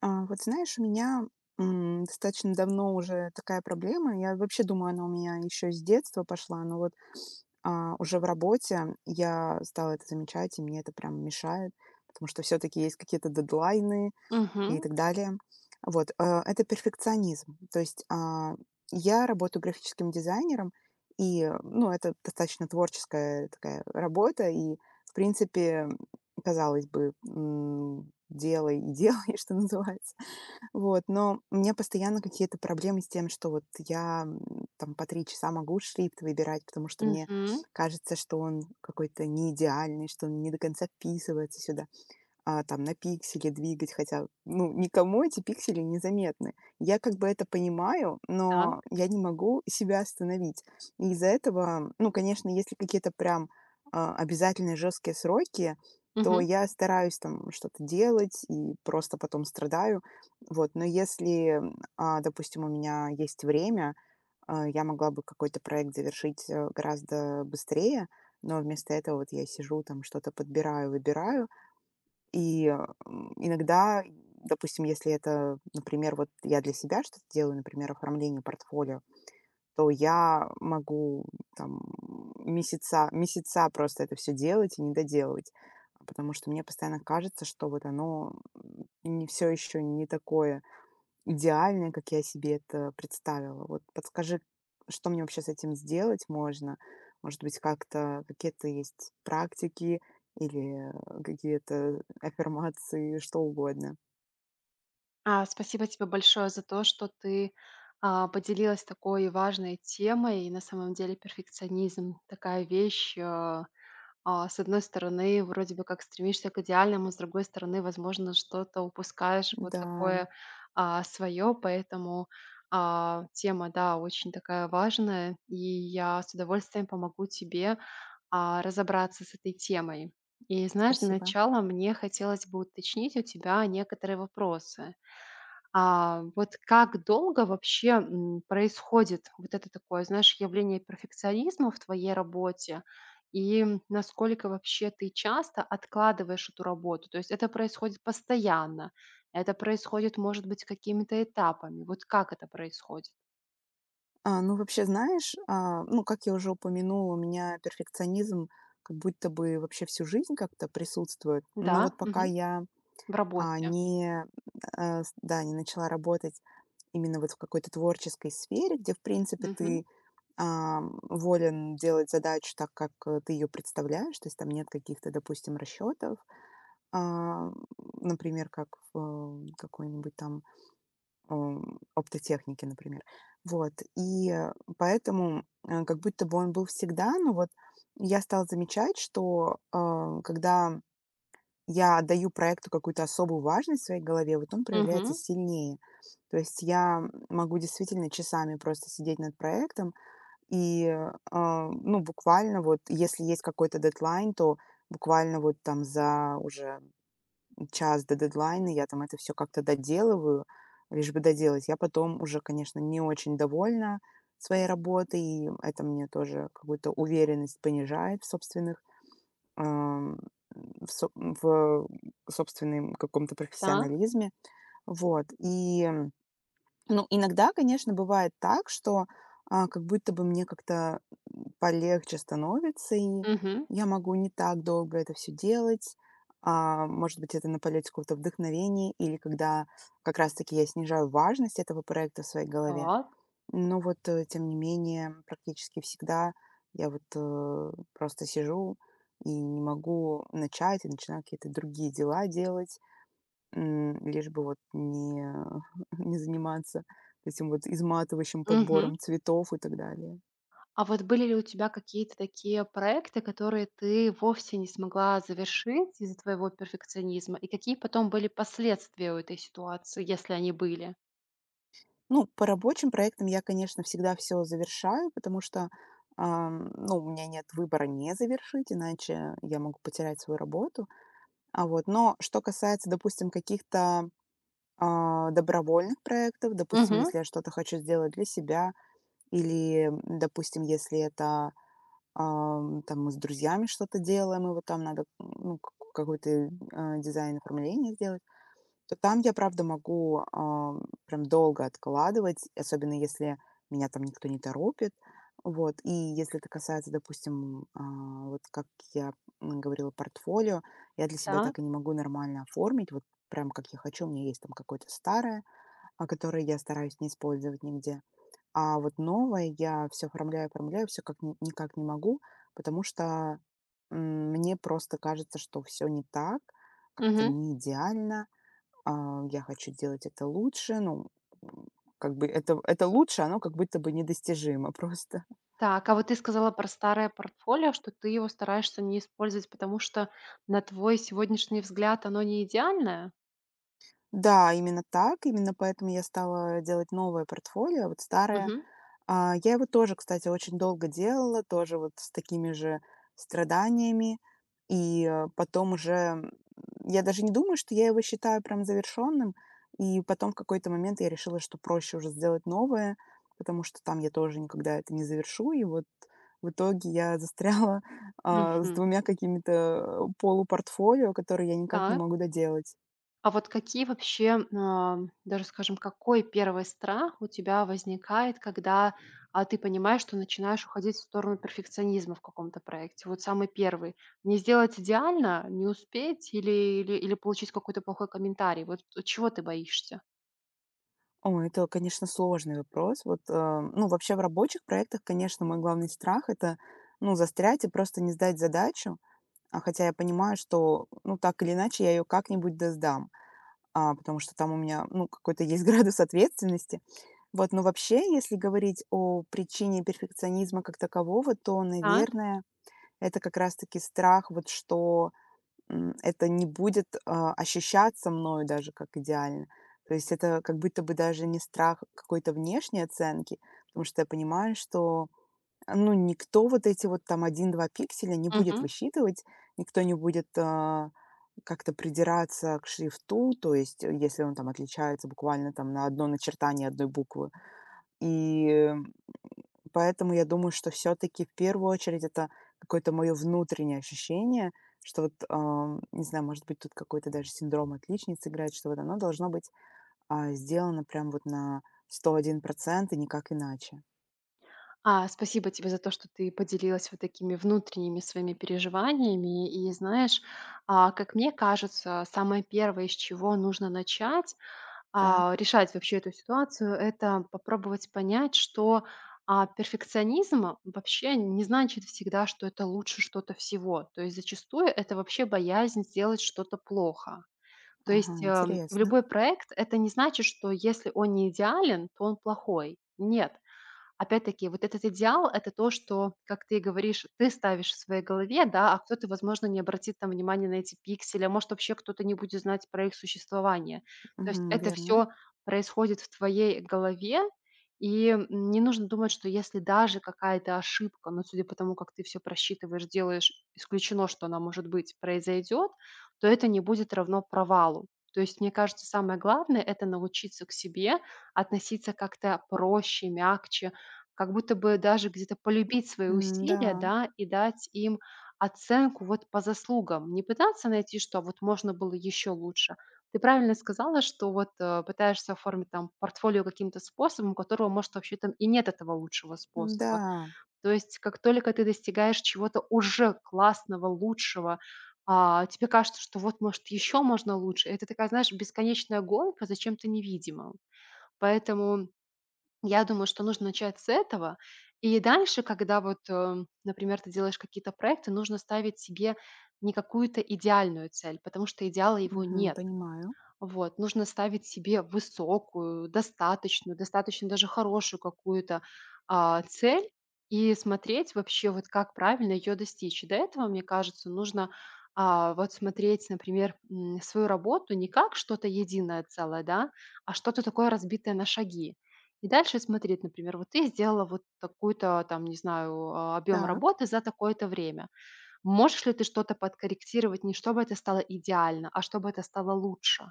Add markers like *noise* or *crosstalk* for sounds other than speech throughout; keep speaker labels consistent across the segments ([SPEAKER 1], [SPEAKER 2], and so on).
[SPEAKER 1] Вот, знаешь, у меня достаточно давно уже такая проблема. Я вообще думаю, она у меня еще с детства пошла, но вот, уже в работе я стала это замечать, и мне это прям мешает, потому что все-таки есть какие-то дедлайны и
[SPEAKER 2] Мгм,
[SPEAKER 1] так далее. Вот, это перфекционизм. То есть, я работаю графическим дизайнером, и, ну, это достаточно творческая такая работа, и, в принципе, казалось бы, делай и делай, *laughs* что называется. Вот, но у меня постоянно какие-то проблемы с тем, что вот я там по 3 часа могу шрифт выбирать, потому что мне
[SPEAKER 2] мгм.
[SPEAKER 1] кажется, что он какой-то не идеальный, что он не до конца вписывается сюда, там на пиксели двигать, хотя, ну, никому эти пиксели незаметны. Я как бы это понимаю, но
[SPEAKER 2] Так,
[SPEAKER 1] я не могу себя остановить. И из-за этого, ну, конечно, если какие-то прям обязательные жесткие сроки, то
[SPEAKER 2] мгм.
[SPEAKER 1] я стараюсь там что-то делать и просто потом страдаю. Вот, но если, допустим, у меня есть время, я могла бы какой-то проект завершить гораздо быстрее, но вместо этого вот я сижу там что-то подбираю, выбираю, и, иногда, допустим, если это, например, вот я для себя что-то делаю, например, оформление портфолио, то я могу там месяца, месяца просто это все делать и не доделывать, потому что мне постоянно кажется, что вот оно не все еще не такое, идеальной, как я себе это представила. Вот подскажи, что мне вообще с этим сделать можно? Может быть, как-то какие-то есть практики или какие-то аффирмации, что угодно.
[SPEAKER 2] Спасибо тебе большое за то, что ты поделилась такой важной темой. И на самом деле перфекционизм- такая вещь, с одной стороны, вроде бы как стремишься к идеальному, с другой стороны, возможно, что-то упускаешь вот
[SPEAKER 1] Да,
[SPEAKER 2] такое, свое. Поэтому, тема, да, очень такая важная, и я с удовольствием помогу тебе разобраться с этой темой. И знаешь, для
[SPEAKER 1] спасибо.
[SPEAKER 2] начала мне хотелось бы уточнить у тебя некоторые вопросы. А вот как долго вообще происходит вот это такое, знаешь, явление перфекционизма в твоей работе? И насколько вообще ты часто откладываешь эту работу? То есть это происходит постоянно? Это происходит, может быть, какими-то этапами? Вот как это происходит?
[SPEAKER 1] Ну, вообще, знаешь, ну, как я уже упомянула, у меня перфекционизм как будто бы вообще всю жизнь как-то присутствует. Но
[SPEAKER 2] Да,
[SPEAKER 1] вот пока
[SPEAKER 2] мгм,
[SPEAKER 1] я
[SPEAKER 2] в
[SPEAKER 1] А,
[SPEAKER 2] работе.
[SPEAKER 1] не, э, с да, не начала работать именно вот в какой-то творческой сфере, где, в принципе,
[SPEAKER 2] Мгм,
[SPEAKER 1] ты, волен делать задачу так, как, ты ее представляешь. То есть там нет каких-то, допустим, расчетов, ам, например, как в какой-нибудь там, оптотехнике, например. Вот, и, поэтому, как будто бы он был всегда, но вот я стала замечать, что, когда я отдаю проекту какую-то особую важность в своей голове, вот он проявляется
[SPEAKER 2] мгм,
[SPEAKER 1] сильнее. То есть я могу действительно часами просто сидеть над проектом и, ну, буквально вот, если есть какой-то дедлайн, то буквально вот там за уже час до дедлайна я там это все как-то доделываю, лишь бы доделать. Я потом уже, конечно, не очень довольна своей работой, и это мне тоже какую-то уверенность понижает в собственных Ам, в соб в собственном каком-то
[SPEAKER 2] так,
[SPEAKER 1] профессионализме. Вот. И, ну, иногда, конечно, бывает так, что, как будто бы мне как-то полегче становится, и
[SPEAKER 2] мгм,
[SPEAKER 1] я могу не так долго это все делать. Может быть, это на полете какого-то вдохновения или когда как раз таки я снижаю важность этого проекта в своей голове.
[SPEAKER 2] так.
[SPEAKER 1] Но вот, тем не менее, практически всегда я вот, просто сижу и не могу начать, и начинаю какие-то другие дела делать, лишь бы вот не *laughs* не заниматься этим вот изматывающим
[SPEAKER 2] Мгм.
[SPEAKER 1] подбором цветов и так далее.
[SPEAKER 2] А вот были ли у тебя какие-то такие проекты, которые ты вовсе не смогла завершить из-за твоего перфекционизма? И какие потом были последствия у этой ситуации, если они были?
[SPEAKER 1] Ну, по рабочим проектам я, конечно, всегда все завершаю, потому что, ну, у меня нет выбора не завершить, иначе я могу потерять свою работу. А вот, но что касается, допустим, каких-то добровольных проектов. Допустим,
[SPEAKER 2] Мгм.
[SPEAKER 1] если я что-то хочу сделать для себя, или, допустим, если это, там мы с друзьями что-то делаем, и вот там надо, ну, какой-то дизайн оформления сделать, то там я, правда, могу, прям долго откладывать, особенно если меня там никто не торопит. Вот. И если это касается, допустим, вот как я говорила, портфолио, я для себя
[SPEAKER 2] Так.
[SPEAKER 1] так и не могу нормально оформить, вот прям как я хочу, у меня есть там какое-то старое, которые я стараюсь не использовать нигде. А вот новое я все оформляю, оформляю, все как никак не могу, потому что мне просто кажется, что все не так, как-то
[SPEAKER 2] Мгм.
[SPEAKER 1] не идеально. Я хочу делать это лучше, ну, м, как бы это, лучше, оно как будто бы недостижимо *laughs* просто.
[SPEAKER 2] Так, а вот ты сказала про старое портфолио, что ты его стараешься не использовать, потому что, на твой сегодняшний взгляд, оно не идеальное?
[SPEAKER 1] Да, именно так, именно поэтому я стала делать новое портфолио, а вот старое,
[SPEAKER 2] Мгм.
[SPEAKER 1] Я его тоже, кстати, очень долго делала, тоже вот с такими же страданиями. И, потом уже, я даже не думаю, что я его считаю прям завершенным. И потом в какой-то момент я решила, что проще уже сделать новое, потому что там я тоже никогда это не завершу. И вот в итоге я застряла, *laughs* с
[SPEAKER 2] Мгм.
[SPEAKER 1] двумя какими-то, полупортфолио, которые я никак не
[SPEAKER 2] Так.
[SPEAKER 1] могу доделать.
[SPEAKER 2] А вот какие вообще, даже скажем, какой первый страх у тебя возникает, когда ты понимаешь, что начинаешь уходить в сторону перфекционизма в каком-то проекте? Вот самый первый. Не сделать идеально, не успеть или получить какой-то плохой комментарий? Вот чего ты боишься?
[SPEAKER 1] О, это, конечно, сложный вопрос. Вот, ну, вообще в рабочих проектах, конечно, мой главный страх — это, ну, застрять и просто не сдать задачу. А хотя я понимаю, что, ну, так или иначе я ее как-нибудь да сдам, потому что там у меня, ну, какой-то есть *laughs* градус ответственности. Вот, но вообще, если говорить о причине перфекционизма как такового, то,
[SPEAKER 2] Так,
[SPEAKER 1] наверное, это как раз-таки страх, вот что, это не будет, ощущаться мною даже как идеально. То есть это как будто бы даже не страх какой-то внешней оценки, потому что я понимаю, что, ну, никто вот эти вот там один-два пикселя не будет
[SPEAKER 2] мгм.
[SPEAKER 1] высчитывать, никто не будет, как-то придираться к шрифту. То есть, если он там отличается буквально там на одно начертание одной буквы и, поэтому я думаю, что все таки в первую очередь это какое-то моё внутреннее ощущение, что вот, не знаю, может быть, тут какой-то даже синдром отличницы играет, что вот оно должно быть, сделано прям вот на 101% и никак иначе.
[SPEAKER 2] Спасибо тебе за то, что ты поделилась вот такими внутренними своими переживаниями. И знаешь, как мне кажется, самое первое, с чего нужно начать-
[SPEAKER 1] Так,
[SPEAKER 2] а, решать вообще эту ситуацию- это попробовать понять, что, перфекционизм вообще не значит всегда, что это лучше что-то всего. То есть зачастую это вообще боязнь сделать что-то плохо. То
[SPEAKER 1] ага,
[SPEAKER 2] есть, в
[SPEAKER 1] интересно.
[SPEAKER 2] любой проект- это не значит, что если он не идеален, то он плохой. Нет. Опять-таки, вот этот идеал- это то, что, как ты и говоришь, ты ставишь в своей голове, да, а кто-то, возможно, не обратит там внимания на эти пиксели, а может, вообще кто-то не будет знать про их существование. То есть
[SPEAKER 1] Мгм,
[SPEAKER 2] это
[SPEAKER 1] верно.
[SPEAKER 2] все происходит в твоей голове, и, не нужно думать, что если даже какая-то ошибка, но судя по тому, как ты все просчитываешь, делаешь, исключено, что она может быть, произойдет, то это не будет равно провалу. То есть, мне кажется, самое главное- это научиться к себе относиться как-то проще, мягче, как будто бы даже где-то полюбить свои
[SPEAKER 1] М,
[SPEAKER 2] усилия,
[SPEAKER 1] да,
[SPEAKER 2] да, и дать им оценку вот по заслугам. Не пытаться найти, что вот можно было еще лучше. Ты правильно сказала, что вот пытаешься оформить там портфолио каким-то способом, у которого, может, вообще там и нет этого лучшего способа.
[SPEAKER 1] да,
[SPEAKER 2] То есть как только ты достигаешь чего-то уже классного, лучшего, тебе кажется, что вот, может, еще можно лучше. Это такая, знаешь, бесконечная гонка за чем-то невидимым. Поэтому я думаю, что нужно начать с этого. И дальше, когда например, ты делаешь какие-то проекты, нужно ставить себе не какую-то идеальную цель, потому что идеала его
[SPEAKER 1] мгм,
[SPEAKER 2] нет.
[SPEAKER 1] понимаю.
[SPEAKER 2] Вот. Нужно ставить себе высокую, достаточную, достаточно даже хорошую какую-то, цель и смотреть вообще, вот как правильно ее достичь. И до этого, мне кажется, нужно, вот смотреть, например, свою работу не как что-то единое целое, да, а что-то такое разбитое на шаги. И дальше смотреть, например, вот ты сделала вот такую-то там, не знаю, объем
[SPEAKER 1] Так,
[SPEAKER 2] работы за такое-то время. Можешь ли ты что-то подкорректировать не чтобы это стало идеально, а чтобы это стало лучше?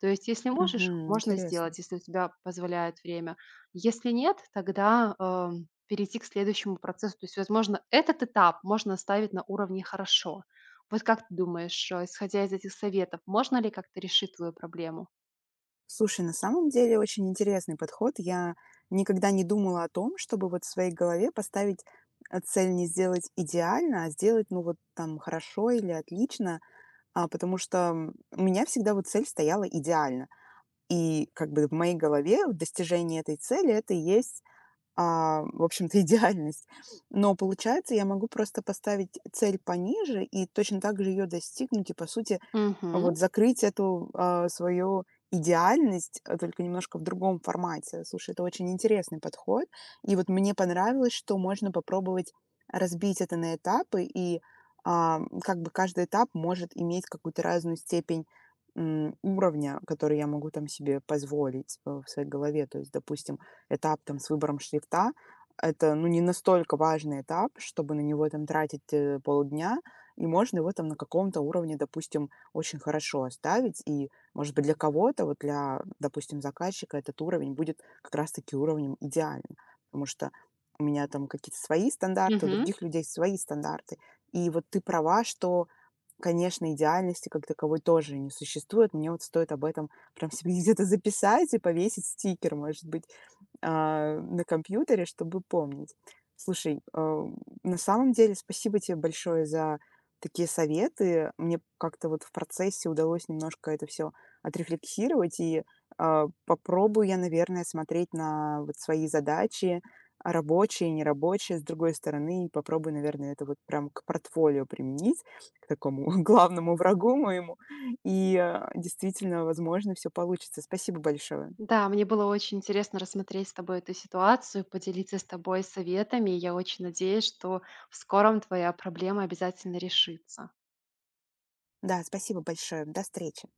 [SPEAKER 2] То есть, если можешь,
[SPEAKER 1] мгм,
[SPEAKER 2] можно
[SPEAKER 1] интересно.
[SPEAKER 2] сделать, если у тебя позволяет время. Если нет, тогда, перейти к следующему процессу. То есть, возможно, этот этап можно оставить на уровне "хорошо". Вот как ты думаешь, исходя из этих советов, можно ли как-то решить твою проблему?
[SPEAKER 1] Слушай, на самом деле очень интересный подход. Я никогда не думала о том, чтобы вот в своей голове поставить цель не сделать идеально, а сделать, ну, вот там хорошо или отлично, потому что у меня всегда вот цель стояла идеально. И как бы в моей голове достижение этой цели — это и есть, в общем-то, *laughs* идеальность. Но получается, я могу просто поставить цель пониже и точно так же ее достигнуть и, по сути,
[SPEAKER 2] Мгм,
[SPEAKER 1] вот закрыть эту, свою идеальность, только немножко в другом формате. Слушай, это очень интересный подход. И вот мне понравилось, что можно попробовать разбить это на этапы, и, как бы каждый этап может иметь какую-то разную степень, уровня, который я могу там себе позволить в своей голове. То есть, допустим, этап там с выбором шрифта. Это, ну, не настолько важный этап, чтобы на него там тратить полдня, и можно его там на каком-то уровне, допустим, очень хорошо оставить, и, может быть, для кого-то, вот для, допустим, заказчика этот уровень будет как раз-таки уровнем идеальным, потому что у меня там какие-то свои стандарты, у
[SPEAKER 2] мгм.
[SPEAKER 1] других людей свои стандарты. И вот ты права, что, конечно, идеальности как таковой тоже не существует. Мне вот стоит об этом прям себе *laughs* где-то записать и повесить стикер, может быть, на компьютере, чтобы помнить. Слушай, на самом деле спасибо тебе большое за такие советы. Мне как-то вот в процессе удалось немножко это все отрефлексировать, и, попробую я, наверное, смотреть на вот свои задачи, рабочие, нерабочие, с другой стороны, и попробую, наверное, это вот прям к портфолио применить, к такому *laughs* главному врагу моему, и, действительно, возможно, все получится. Спасибо большое.
[SPEAKER 2] Да, мне было очень интересно рассмотреть с тобой эту ситуацию, поделиться с тобой советами. Я очень надеюсь, что в скором твоя проблема обязательно решится.
[SPEAKER 1] Да, спасибо большое. До встречи.